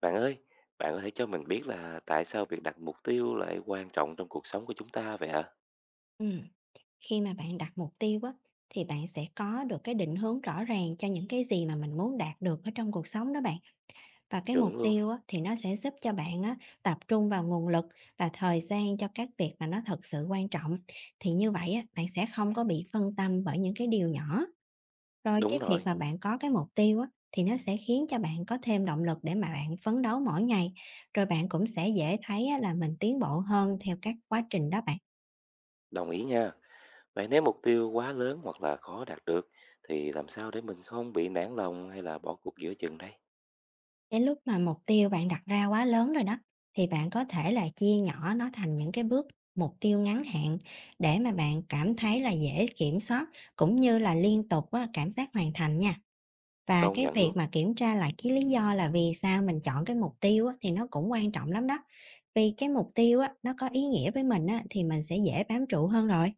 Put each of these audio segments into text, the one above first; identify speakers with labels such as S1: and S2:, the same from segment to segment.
S1: Bạn ơi, bạn có thể cho mình biết là tại sao việc đặt mục tiêu lại quan trọng trong cuộc sống của chúng ta vậy ạ?
S2: Ừm, khi mà bạn đặt mục tiêu á, thì bạn sẽ có được cái định hướng rõ ràng cho những cái gì mà mình muốn đạt được ở trong cuộc sống đó bạn. Và cái mục
S1: Chuẩn luôn.
S2: tiêu á, thì nó sẽ giúp cho bạn á, tập trung vào nguồn lực và thời gian cho các việc mà nó thật sự quan trọng. Thì như vậy á, bạn sẽ không có bị phân tâm bởi những cái điều nhỏ. Rồi
S1: Đúng
S2: cái việc
S1: rồi,
S2: mà bạn có cái mục tiêu á, thì nó sẽ khiến cho bạn có thêm động lực để mà bạn phấn đấu mỗi ngày. Rồi bạn cũng sẽ dễ thấy á, là mình tiến bộ hơn theo các quá trình đó bạn.
S1: đồng ý nha. Vậy nếu mục tiêu quá lớn hoặc là khó đạt được thì làm sao để mình không bị nản lòng hay là bỏ cuộc giữa chừng đây?
S2: Đến lúc mà mục tiêu bạn đặt ra quá lớn rồi đó, thì bạn có thể là chia nhỏ nó thành những cái bước mục tiêu ngắn hạn để mà bạn cảm thấy là dễ kiểm soát, cũng như là liên tục á, cảm giác hoàn thành nha. Và
S1: Công
S2: cái
S1: nhận
S2: việc
S1: luôn.
S2: mà kiểm tra lại cái lý do là vì sao mình chọn cái mục tiêu á, thì nó cũng quan trọng lắm đó. Vì cái mục tiêu á, nó có ý nghĩa với mình á, thì mình sẽ dễ bám trụ hơn rồi.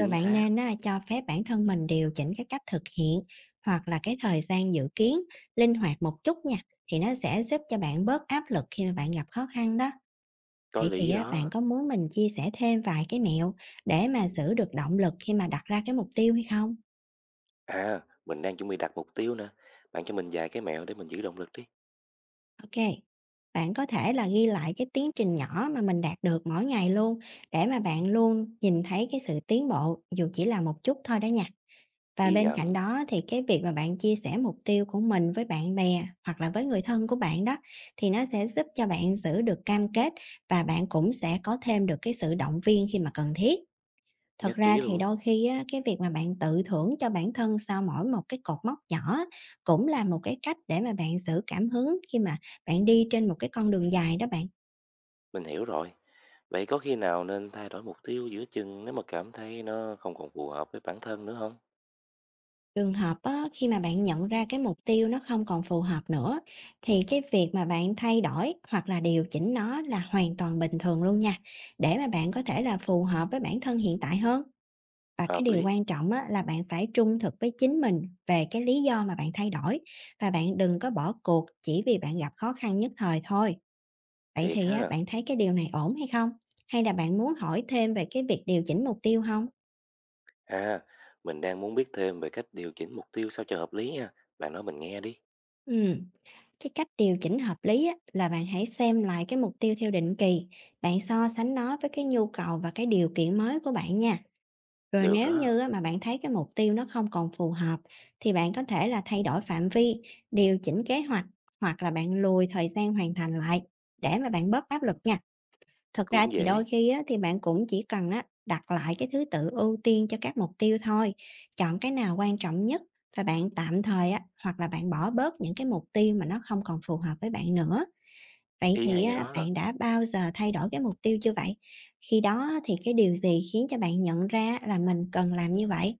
S2: Rồi bạn
S1: xác,
S2: nên á, cho phép bản thân mình điều chỉnh cái cách thực hiện hoặc là cái thời gian dự kiến linh hoạt một chút nha, thì nó sẽ giúp cho bạn bớt áp lực khi mà bạn gặp khó khăn đó.
S1: có
S2: Vậy thì
S1: lý
S2: á, bạn
S1: đó.
S2: có muốn mình chia sẻ thêm vài cái mẹo để mà giữ được động lực khi mà đặt ra cái mục tiêu hay không?
S1: À, mình đang chuẩn bị đặt mục tiêu nè. Bạn cho mình vài cái mẹo để mình giữ động lực đi.
S2: Ok. Bạn có thể là ghi lại cái tiến trình nhỏ mà mình đạt được mỗi ngày luôn, để mà bạn luôn nhìn thấy cái sự tiến bộ dù chỉ là một chút thôi đó nha. Và
S1: Ghi
S2: bên cạnh
S1: nhận,
S2: đó thì cái việc mà bạn chia sẻ mục tiêu của mình với bạn bè hoặc là với người thân của bạn đó, thì nó sẽ giúp cho bạn giữ được cam kết và bạn cũng sẽ có thêm được cái sự động viên khi mà cần thiết. Thật
S1: nhất
S2: ra
S1: trí
S2: thì
S1: luôn.
S2: đôi khi á, cái việc mà bạn tự thưởng cho bản thân sau mỗi một cái cột mốc nhỏ cũng là một cái cách để mà bạn giữ cảm hứng khi mà bạn đi trên một cái con đường dài đó bạn.
S1: Mình hiểu rồi. Vậy có khi nào nên thay đổi mục tiêu giữa chừng nếu mà cảm thấy nó không còn phù hợp với bản thân nữa không?
S2: Trường hợp á, khi mà bạn nhận ra cái mục tiêu nó không còn phù hợp nữa, thì cái việc mà bạn thay đổi hoặc là điều chỉnh nó là hoàn toàn bình thường luôn nha, để mà bạn có thể là phù hợp với bản thân hiện tại hơn. Và cái
S1: Hợp
S2: điều
S1: lý,
S2: quan trọng á, là bạn phải trung thực với chính mình về cái lý do mà bạn thay đổi, và bạn đừng có bỏ cuộc chỉ vì bạn gặp khó khăn nhất thời thôi. Vậy
S1: thiệt
S2: thì á,
S1: ha.
S2: bạn thấy cái điều này ổn hay không, hay là bạn muốn hỏi thêm về cái việc điều chỉnh mục tiêu không?
S1: À, mình đang muốn biết thêm về cách điều chỉnh mục tiêu sao cho hợp lý nha. Bạn nói mình nghe đi.
S2: Ừ. Cái cách điều chỉnh hợp lý á, là bạn hãy xem lại cái mục tiêu theo định kỳ, bạn so sánh nó với cái nhu cầu và cái điều kiện mới của bạn nha. Rồi
S1: Được
S2: nếu
S1: đó,
S2: như á, mà bạn thấy cái mục tiêu nó không còn phù hợp, thì bạn có thể là thay đổi phạm vi, điều chỉnh kế hoạch, hoặc là bạn lùi thời gian hoàn thành lại để mà bạn bớt áp lực nha. Thật ra
S1: cũng
S2: thì
S1: dễ.
S2: đôi khi á, thì bạn cũng chỉ cần á, đặt lại cái thứ tự ưu tiên cho các mục tiêu thôi, chọn cái nào quan trọng nhất và bạn tạm thời á, hoặc là bạn bỏ bớt những cái mục tiêu mà nó không còn phù hợp với bạn nữa. Vậy
S1: Ý
S2: thì
S1: hay
S2: á,
S1: đó.
S2: bạn đã bao giờ thay đổi cái mục tiêu chưa vậy? Khi đó thì cái điều gì khiến cho bạn nhận ra là mình cần làm như vậy?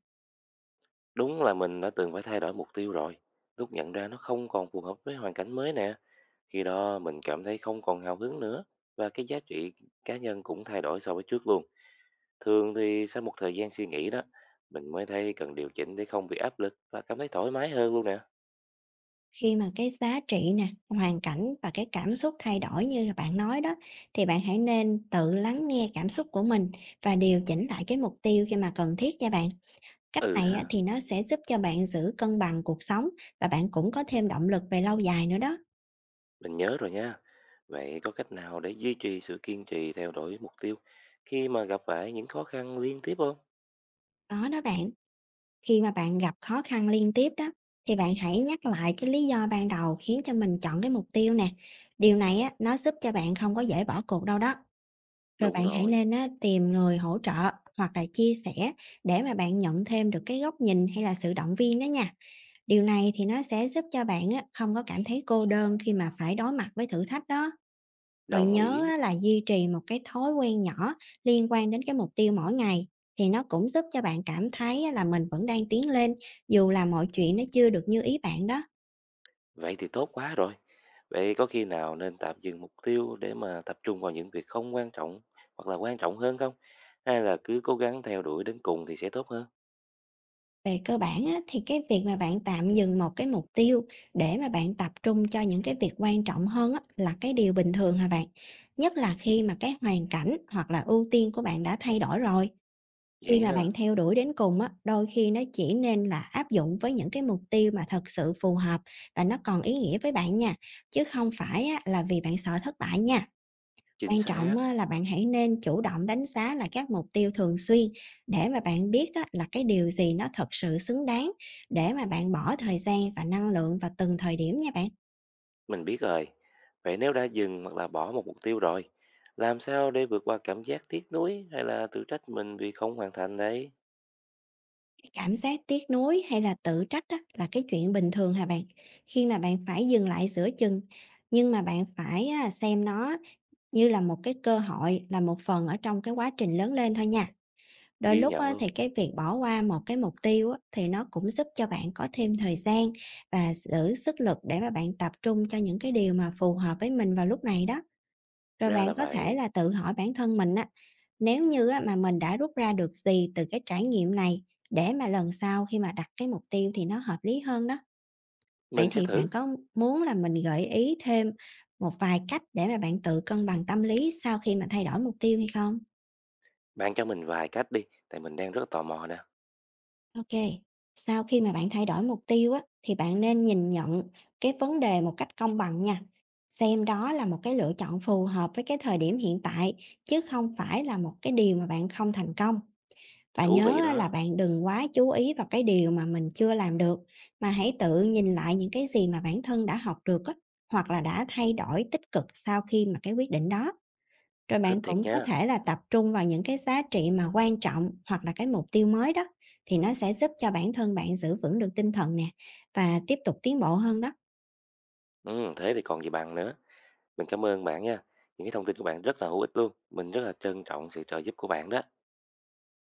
S1: Đúng là mình đã từng phải thay đổi mục tiêu rồi. Lúc nhận ra nó không còn phù hợp với hoàn cảnh mới nè. Khi đó mình cảm thấy không còn hào hứng nữa. Và cái giá trị cá nhân cũng thay đổi so với trước luôn. Thường thì sau một thời gian suy nghĩ đó, mình mới thấy cần điều chỉnh để không bị áp lực và cảm thấy thoải mái hơn luôn nè.
S2: Khi mà cái giá trị nè, hoàn cảnh và cái cảm xúc thay đổi như là bạn nói đó, thì bạn hãy nên tự lắng nghe cảm xúc của mình và điều chỉnh lại cái mục tiêu khi mà cần thiết nha bạn. Cách
S1: Ừ
S2: này á,
S1: ha.
S2: thì nó sẽ giúp cho bạn giữ cân bằng cuộc sống và bạn cũng có thêm động lực về lâu dài nữa đó.
S1: Mình nhớ rồi nha. Vậy có cách nào để duy trì sự kiên trì theo đuổi mục tiêu khi mà gặp phải những khó khăn liên tiếp không?
S2: Đó đó bạn, khi mà bạn gặp khó khăn liên tiếp đó, thì bạn hãy nhắc lại cái lý do ban đầu khiến cho mình chọn cái mục tiêu nè. Điều này á, nó giúp cho bạn không có dễ bỏ cuộc đâu đó. Rồi
S1: Đúng
S2: bạn hãy
S1: rồi,
S2: nên á, tìm người hỗ trợ hoặc là chia sẻ để mà bạn nhận thêm được cái góc nhìn hay là sự động viên đó nha. Điều này thì nó sẽ giúp cho bạn á, không có cảm thấy cô đơn khi mà phải đối mặt với thử thách đó. Rồi
S1: đồng
S2: nhớ
S1: ý.
S2: á, là duy trì một cái thói quen nhỏ liên quan đến cái mục tiêu mỗi ngày, thì nó cũng giúp cho bạn cảm thấy á, là mình vẫn đang tiến lên dù là mọi chuyện nó chưa được như ý bạn đó.
S1: Vậy thì tốt quá rồi. Vậy có khi nào nên tạm dừng mục tiêu để mà tập trung vào những việc không quan trọng hoặc là quan trọng hơn không? Hay là cứ cố gắng theo đuổi đến cùng thì sẽ tốt hơn?
S2: Về cơ bản á, thì cái việc mà bạn tạm dừng một cái mục tiêu để mà bạn tập trung cho những cái việc quan trọng hơn á, là cái điều bình thường hả bạn? Nhất là khi mà cái hoàn cảnh hoặc là ưu tiên của bạn đã thay đổi rồi. Khi
S1: Vậy
S2: mà
S1: ha,
S2: bạn theo đuổi đến cùng á, đôi khi nó chỉ nên là áp dụng với những cái mục tiêu mà thật sự phù hợp và nó còn ý nghĩa với bạn nha, chứ không phải á, là vì bạn sợ thất bại nha.
S1: chính
S2: Quan trọng
S1: xác.
S2: á, là bạn hãy nên chủ động đánh giá lại các mục tiêu thường xuyên, để mà bạn biết á, là cái điều gì nó thật sự xứng đáng để mà bạn bỏ thời gian và năng lượng vào từng thời điểm nha bạn.
S1: Mình biết rồi. Vậy nếu đã dừng hoặc là bỏ một mục tiêu rồi, làm sao để vượt qua cảm giác tiếc nuối hay là tự trách mình vì không hoàn thành đấy?
S2: Cái cảm giác tiếc nuối hay là tự trách á, là cái chuyện bình thường hả bạn. Khi mà bạn phải dừng lại giữa chừng, nhưng mà bạn phải á, xem nó như là một cái cơ hội, là một phần ở trong cái quá trình lớn lên thôi nha. Đôi
S1: Ghi
S2: lúc
S1: nhận
S2: á,
S1: luôn.
S2: thì cái việc bỏ qua một cái mục tiêu á, thì nó cũng giúp cho bạn có thêm thời gian và giữ sức lực để mà bạn tập trung cho những cái điều mà phù hợp với mình vào lúc này đó. Rồi
S1: Ra
S2: bạn
S1: là
S2: có thể
S1: vậy.
S2: là tự hỏi bản thân mình á, nếu như á, mà mình đã rút ra được gì từ cái trải nghiệm này để mà lần sau khi mà đặt cái mục tiêu thì nó hợp lý hơn đó. Vậy
S1: Mình sẽ
S2: thì
S1: thử.
S2: bạn có muốn là mình gợi ý thêm một vài cách để mà bạn tự cân bằng tâm lý sau khi mà thay đổi mục tiêu hay không?
S1: Bạn cho mình vài cách đi, tại mình đang rất tò mò nè.
S2: OK, sau khi mà bạn thay đổi mục tiêu á, thì bạn nên nhìn nhận cái vấn đề một cách công bằng nha. Xem đó là một cái lựa chọn phù hợp với cái thời điểm hiện tại, chứ không phải là một cái điều mà bạn không thành công. Và
S1: Thú
S2: nhớ
S1: vị
S2: á, là
S1: đó,
S2: bạn đừng quá chú ý vào cái điều mà mình chưa làm được, mà hãy tự nhìn lại những cái gì mà bản thân đã học được á, hoặc là đã thay đổi tích cực sau khi mà cái quyết định đó. Rồi
S1: thích
S2: bạn
S1: thiệt
S2: cũng có
S1: nha.
S2: thể là tập trung vào những cái giá trị mà quan trọng hoặc là cái mục tiêu mới đó, thì nó sẽ giúp cho bản thân bạn giữ vững được tinh thần nè và tiếp tục tiến bộ hơn đó.
S1: Ừ, thế thì còn gì bằng nữa. Mình cảm ơn bạn nha. Những cái thông tin của bạn rất là hữu ích luôn. Mình rất là trân trọng sự trợ giúp của bạn đó.